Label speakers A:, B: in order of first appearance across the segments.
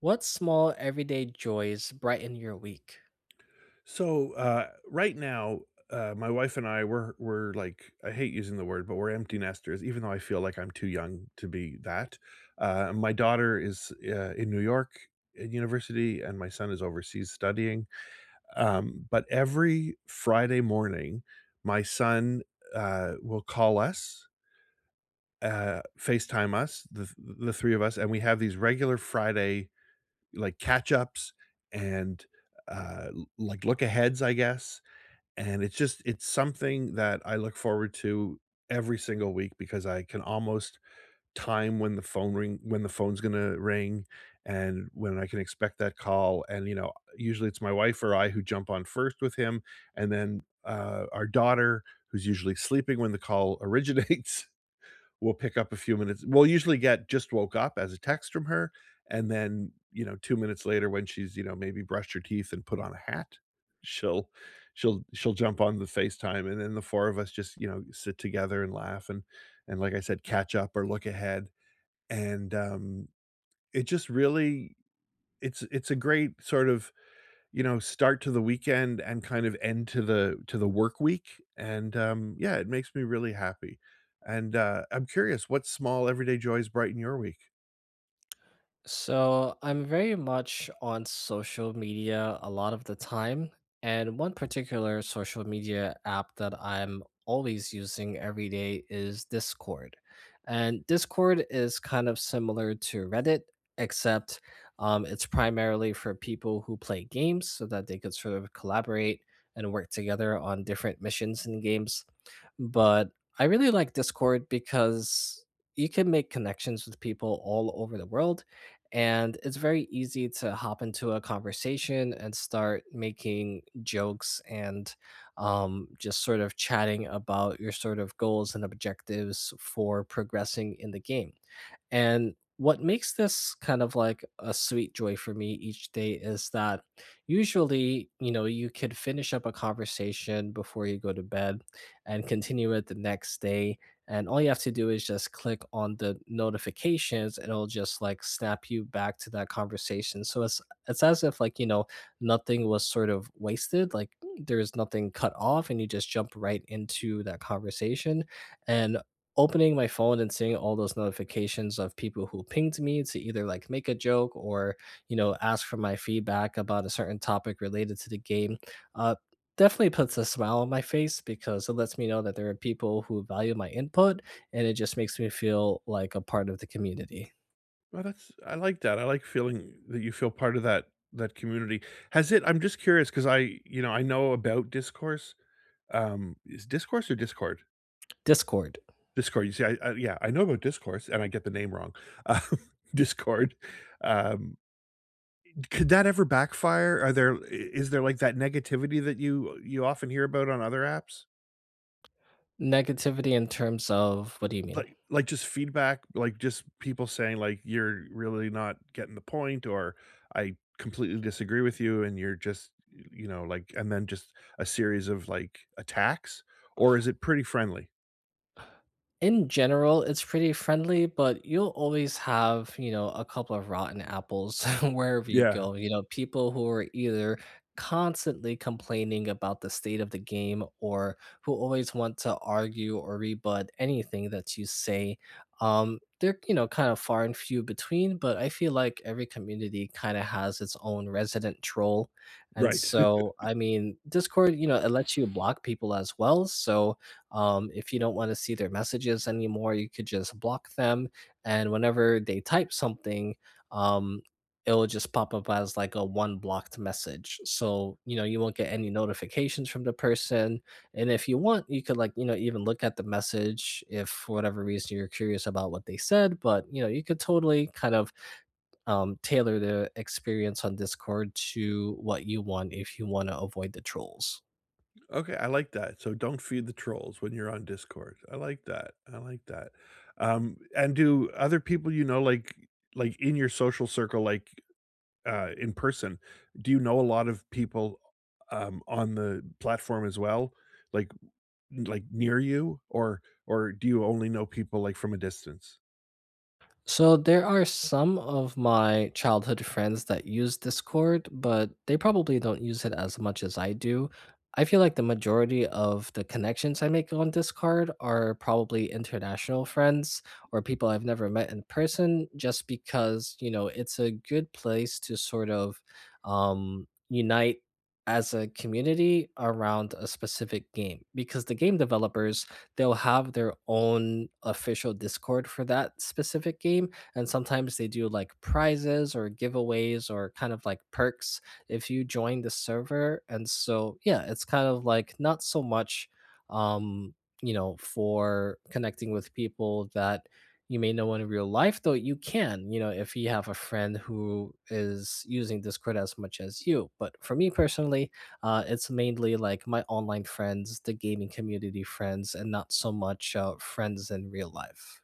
A: What small everyday joys brighten your week?
B: So right now, my wife and I we're like, I hate using the word, but we're empty nesters, even though I feel like I'm too young to be that. My daughter is in New York at university, and my son is overseas studying. But every Friday morning, my son will call us, FaceTime us, the three of us, and we have these regular Friday like catch ups and like look aheads, I guess, and it's something that I look forward to every single week because I can almost time when the phone's gonna ring and when I can expect that call. And, you know, usually it's my wife or I who jump on first with him, and then, our daughter, who's usually sleeping when the call originates, we'll pick up a few minutes. We'll usually get "just woke up" as a text from her. And then, you know, two minutes later when she's, you know, maybe brushed her teeth and put on a hat, she'll she'll jump on the FaceTime, and then the four of us just, you know, sit together and laugh and like I said, catch up or look ahead. And it just really it's a great sort of, you know, start to the weekend and kind of end to the work week, and, yeah, it makes me really happy, and, I'm curious, what small everyday joys brighten your week?
A: So I'm very much on social media a lot of the time. And one particular social media app that I'm always using every day is Discord. And Discord is kind of similar to Reddit, except it's primarily for people who play games so that they could sort of collaborate and work together on different missions and games. But I really like Discord because you can make connections with people all over the world, and it's very easy to hop into a conversation and start making jokes and, just sort of chatting about your sort of goals and objectives for progressing in the game. And what makes this kind of like a sweet joy for me each day is that usually, you know, you could finish up a conversation before you go to bed and continue it the next day. And all you have to do is just click on the notifications and it'll just like snap you back to that conversation. So it's as if, like, you know, nothing was sort of wasted, like there's nothing cut off and you just jump right into that conversation. And opening my phone and seeing all those notifications of people who pinged me to either like make a joke or, you know, ask for my feedback about a certain topic related to the game uh, definitely puts a smile on my face because it lets me know that there are people who value my input, and it just makes me feel like a part of the community.
B: Well, that's, I like that, I like feeling that you feel part of that community. Has it, I'm just curious because I, you know, I know about Discourse, is Discourse or Discord?
A: Discord.
B: Discord, you see, I yeah, I know about Discourse, and I get the name wrong. Um, Discord, um, could that ever backfire? Are there, I is there, like, that negativity that you often hear about on other apps?
A: Negativity in terms of what do you mean?
B: Like, just feedback, like, just people saying, like, "You're really not getting the point," or, "I completely disagree with you," and you're just, you know, like and then just a series of, like, attacks? Or is it pretty friendly?
A: In general, it's pretty friendly, but you'll always have, you know, a couple of rotten apples wherever you
B: Yeah,
A: go. You know, people who are either constantly complaining about the state of the game or who always want to argue or rebut anything that you say. They're, you know, kind of far and few between, but I feel like every community kind of has its own resident troll. And
B: right.
A: so, I mean, Discord, you know, it lets you block people as well. So, if you don't want to see their messages anymore, you could just block them. And whenever they type something, um, it'll just pop up as like a one blocked message. So, you know, you won't get any notifications from the person. And if you want, you could like, you know, even look at the message if for whatever reason you're curious about what they said. But, you know, you could totally kind of tailor the experience on Discord to what you want if you want to avoid the trolls.
B: Okay, I like that. So don't feed the trolls when you're on Discord. I like that. I like that. And do other people you know, like in your social circle, like in person, do you know a lot of people on the platform as well, like like near you, or do you only know people like from a distance?
A: So there are some of my childhood friends that use Discord, but they probably don't use it as much as I do. I feel like the majority of the connections I make on Discord are probably international friends or people I've never met in person just because, you know, it's a good place to sort of unite as a community around a specific game because the game developers, they'll have their own official Discord for that specific game. And sometimes they do like prizes or giveaways or kind of like perks if you join the server. And so, yeah, it's kind of like not so much, um, you know, for connecting with people that you may know in real life, though you can, you know, if you have a friend who is using Discord as much as you. But for me personally, it's mainly like my online friends, the gaming community friends, and not so much friends in real life.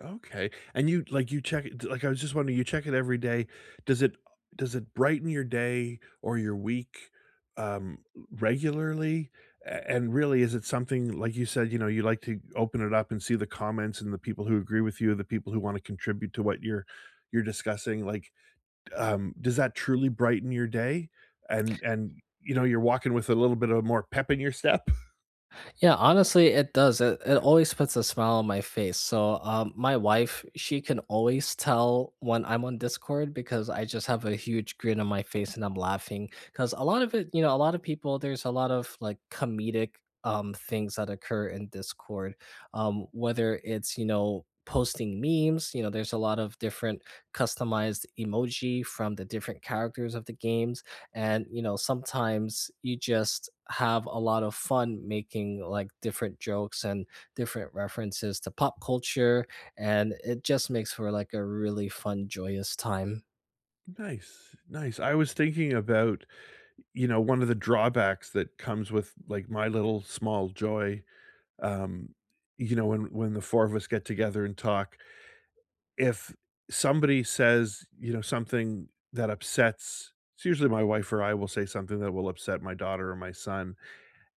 B: Okay, and you like, you check it like, I was just wondering, you check it every day. Does it does it brighten your day or your week, um, regularly? A and really, is it something like you said, you know, you like to open it up and see the comments and the people who agree with you, the people who wanna contribute to what you're discussing, like, does that truly brighten your day? And, you know, you're walking with a little bit of more pep in your step?
A: Yeah, honestly, it does. It always puts a smile on my face. So, my wife, she can always tell when I'm on Discord because I just have a huge grin on my face and I'm laughing. Because a lot of it, you know, a lot of people, there's a lot of like comedic things that occur in Discord. Whether it's, you know, posting memes, you know, there's a lot of different customized emoji from the different characters of the games, and you know sometimes you just have a lot of fun making like different jokes and different references to pop culture, and it just makes for like a really fun joyous time.
B: Nice, nice. I was thinking about, you know, one of the drawbacks that comes with, like, my little small joy, um, you know, when the four of us get together and talk, if somebody says, you know, something that upsets, it's usually my wife or I will say something that will upset my daughter or my son,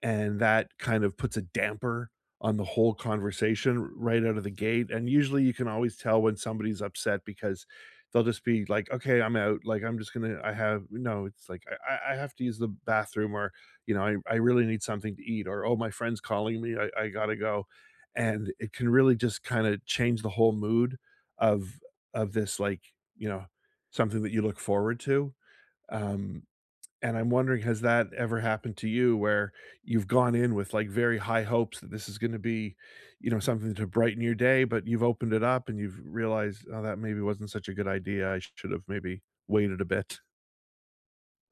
B: and that kind of puts a damper on the whole conversation right out of the gate, and usually you can always tell when somebody's upset because they'll just be like, "Okay, I'm out, like, I'm just gonna I have," no, it's like, "I I have to use the bathroom," or, you know, "I really need something to eat," or, "Oh, my friend's calling me, I gotta go," and it can really just kinda change the whole mood of of this, like, you know, something that you look forward to, um, and I'm wondering, has that ever happened to you where you've gone in with, like, very high hopes that this is gonna be, you know, something to brighten your day, but you've opened it up and you've realized, "Oh, that maybe wasn't such a good idea. I should have maybe waited a bit."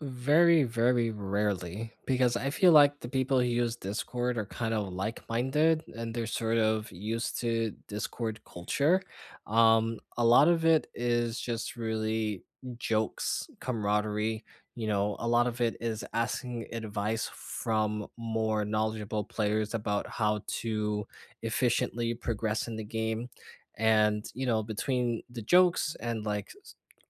A: Very, very rarely, because I feel like the people who use Discord are kind of like-minded and they're sort of used to Discord culture. A lot of it is just really jokes, camaraderie. You know, a lot of it is asking advice from more knowledgeable players about how to efficiently progress in the game. And, you know, between the jokes and like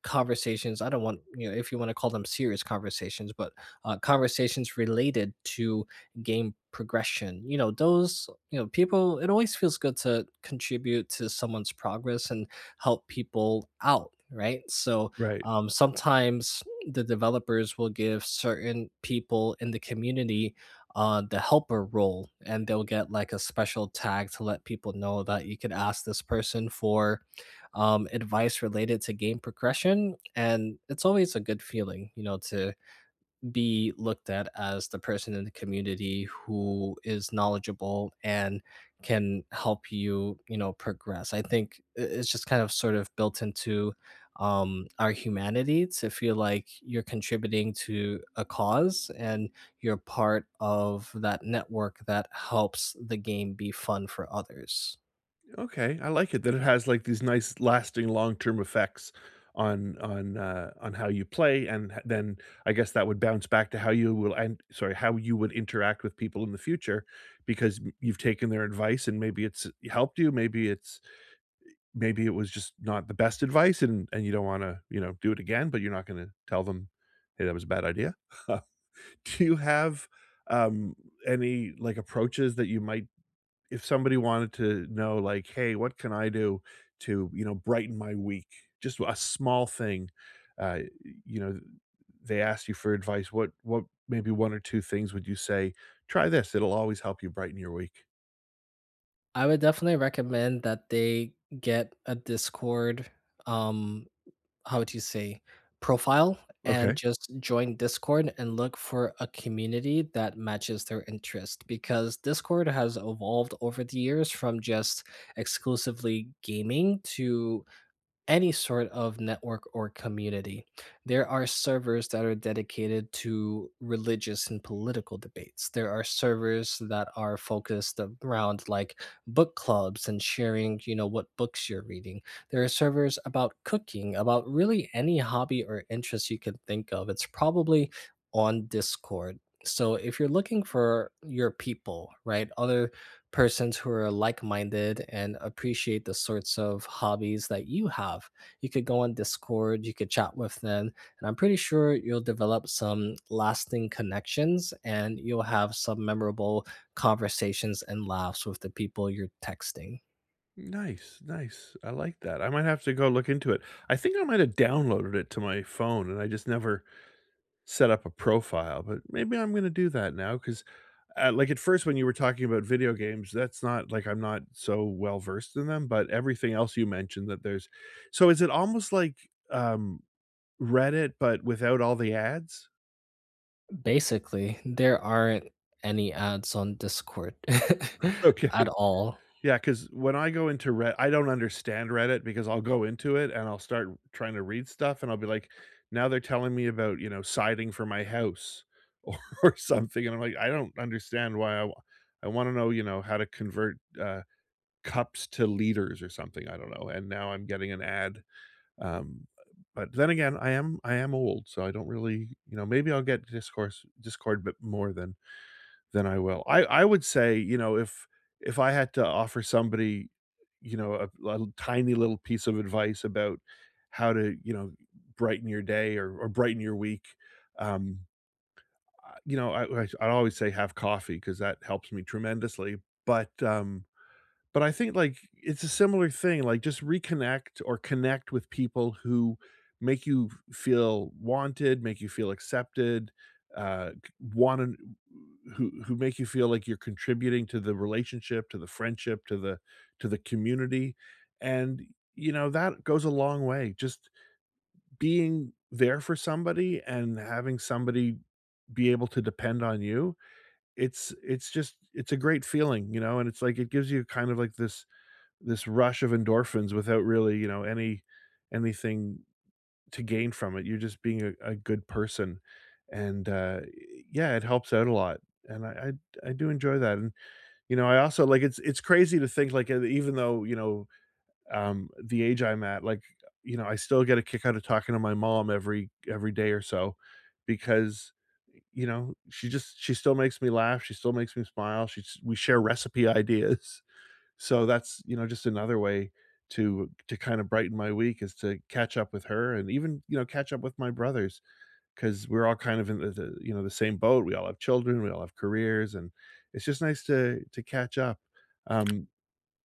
A: conversations, I don't want, you know, if you want to call them serious conversations, but conversations related to game progression, you know those, you know, people, it always feels good to contribute to someone's progress and help people out, right? So
B: Right.
A: sometimes the developers will give certain people in the community the helper role, and they'll get like a special tag to let people know that you could ask this person for advice related to game progression. And it's always a good feeling, you know, to be looked at as the person in the community who is knowledgeable and can help you, you know, progress. I think it's just kind of sort of built into our humanity to feel like you're contributing to a cause and you're part of that network that helps the game be fun for others.
B: Okay, I like it that it has, like, these nice lasting long-term effects on how you play, and h then I guess that would bounce back to how you will, and sorry, how you would interact with people in the future because m you've taken their advice and maybe it's helped you, maybe it's, maybe it was just not the best advice and you don't wanna, you know, do it again, but you're not gonna tell them, "Hey, that was a bad idea." Do you have, um, any, like, approaches that you might, if somebody wanted to know, like, "Hey, what can I do to, you know, brighten my week?" Just a small thing, uh, you know, they asked you for advice, what maybe one or two things would you say, "Try this, it'll always help you brighten your week."
A: I would definitely recommend that they get a Discord, um, how would you say, profile, and
B: Okay.
A: just join Discord and look for a community that matches their interest because Discord has evolved over the years from just exclusively gaming to any sort of network or community. There are servers that are dedicated to religious and political debates. There are servers that are focused around like book clubs and sharing, you know, what books you're reading. There are servers about cooking, about really any hobby or interest you can think of. It's probably on Discord. So if you're looking for your people, right? Other persons who are like-minded and appreciate the sorts of hobbies that you have. You could go on Discord, you could chat with them, and I'm pretty sure you'll develop some lasting connections and you'll have some memorable conversations and laughs with the people you're texting.
B: Nice, nice. I like that. I might have to go look into it. I think I might have downloaded it to my phone and I just never set up a profile, but maybe I'm going to do that now because, like, at first, when you were talking about video games, that's not like, I'm not so well versed in them, but everything else you mentioned that there's. So is it almost like um, Reddit, but without all the ads?
A: Basically, there aren't any ads on Discord
B: Okay.
A: at all.
B: Yeah, because when I go into Reddit, I don't understand Reddit because I'll go into it and I'll start trying to read stuff and I'll be like, now they're telling me about, you know, siding for my house or, or something. And I'm like, I don't understand why I, I want to know, you know, how to convert cups to liters or something. I don't know. And now I'm getting an ad. Um, but then again, I am old, so I don't really, you know, maybe I'll get discourse Discord, but more than then I will. I would say, you know, if I had to offer somebody, you know, a little tiny little piece of advice about how to, you know, brighten your day or brighten your week, um, I you know, I'd always say have coffee because that helps me tremendously, but, um but I think, like, it's a similar thing, like, just reconnect or connect with people who make you f feel wanted, make you feel accepted, uh, wanna who make you feel like you're contributing to the relationship, to the friendship, to the community, and, you know, that goes a long way, just being there for somebody and having somebody be able to depend on you, it's a great feeling, you know, and it's like it gives you kind of like this rush of endorphins without really, you know, any anything to gain from it. You're just being a good person, and yeah, it helps out a lot. And I, I do enjoy that. And you know, I also like it's crazy to think like even though you know the age I'm at, like you know, I still get a kick out of talking to my mom every day or so because you know she just she still makes me laugh, she still makes me smile. She, we share recipe ideas, so that's, you know, just another way to kind of brighten my week is to catch up with her and even, you know, catch up with my brothers because 'cause we're all kind of in you know, the same boat. We all have children, we all have careers, and it's just nice to catch up. Um,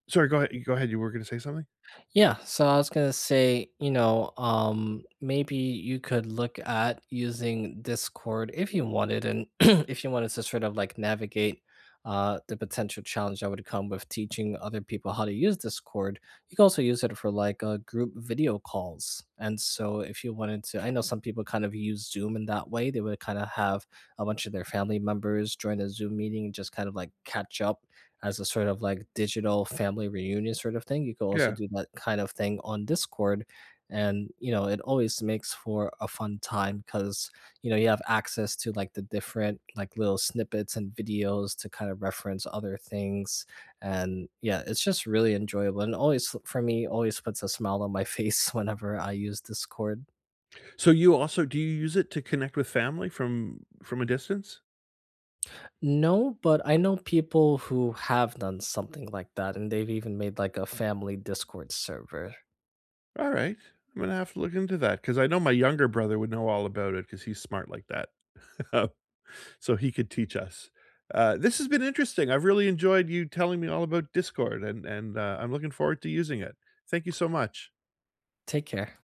B: sorry, go ahead, you were gonna say something?
A: Yeah, so I was gonna say, you know, maybe you could look at using Discord if you wanted, and if you wanted to sort of like navigate the potential challenge that would come with teaching other people how to use Discord. You can also use it for like group video calls. And so, if you wanted to, I know some people kind of use Zoom in that way. They would kind of have a bunch of their family members join a Zoom meeting and just kind of like catch up as a sort of like digital family reunion sort of thing. You could also
B: Yeah.
A: do that kind of thing on Discord. And, you know, it always makes for a fun time because, you know, you have access to like the different like little snippets and videos to kind of reference other things. And yeah, it's just really enjoyable. And always for me, always puts a smile on my face whenever I use Discord.
B: So you also, do you use it to connect with family from a distance?
A: No, but I know people who have done something like that, and they've even made like a family Discord server.
B: Alright. I'm gonna have to look into that because I know my younger brother would know all about it because he's smart like that. So he could teach us. This has been interesting. I've really enjoyed you telling me all about Discord and, I'm looking forward to using it. Thank you so much.
A: Take care.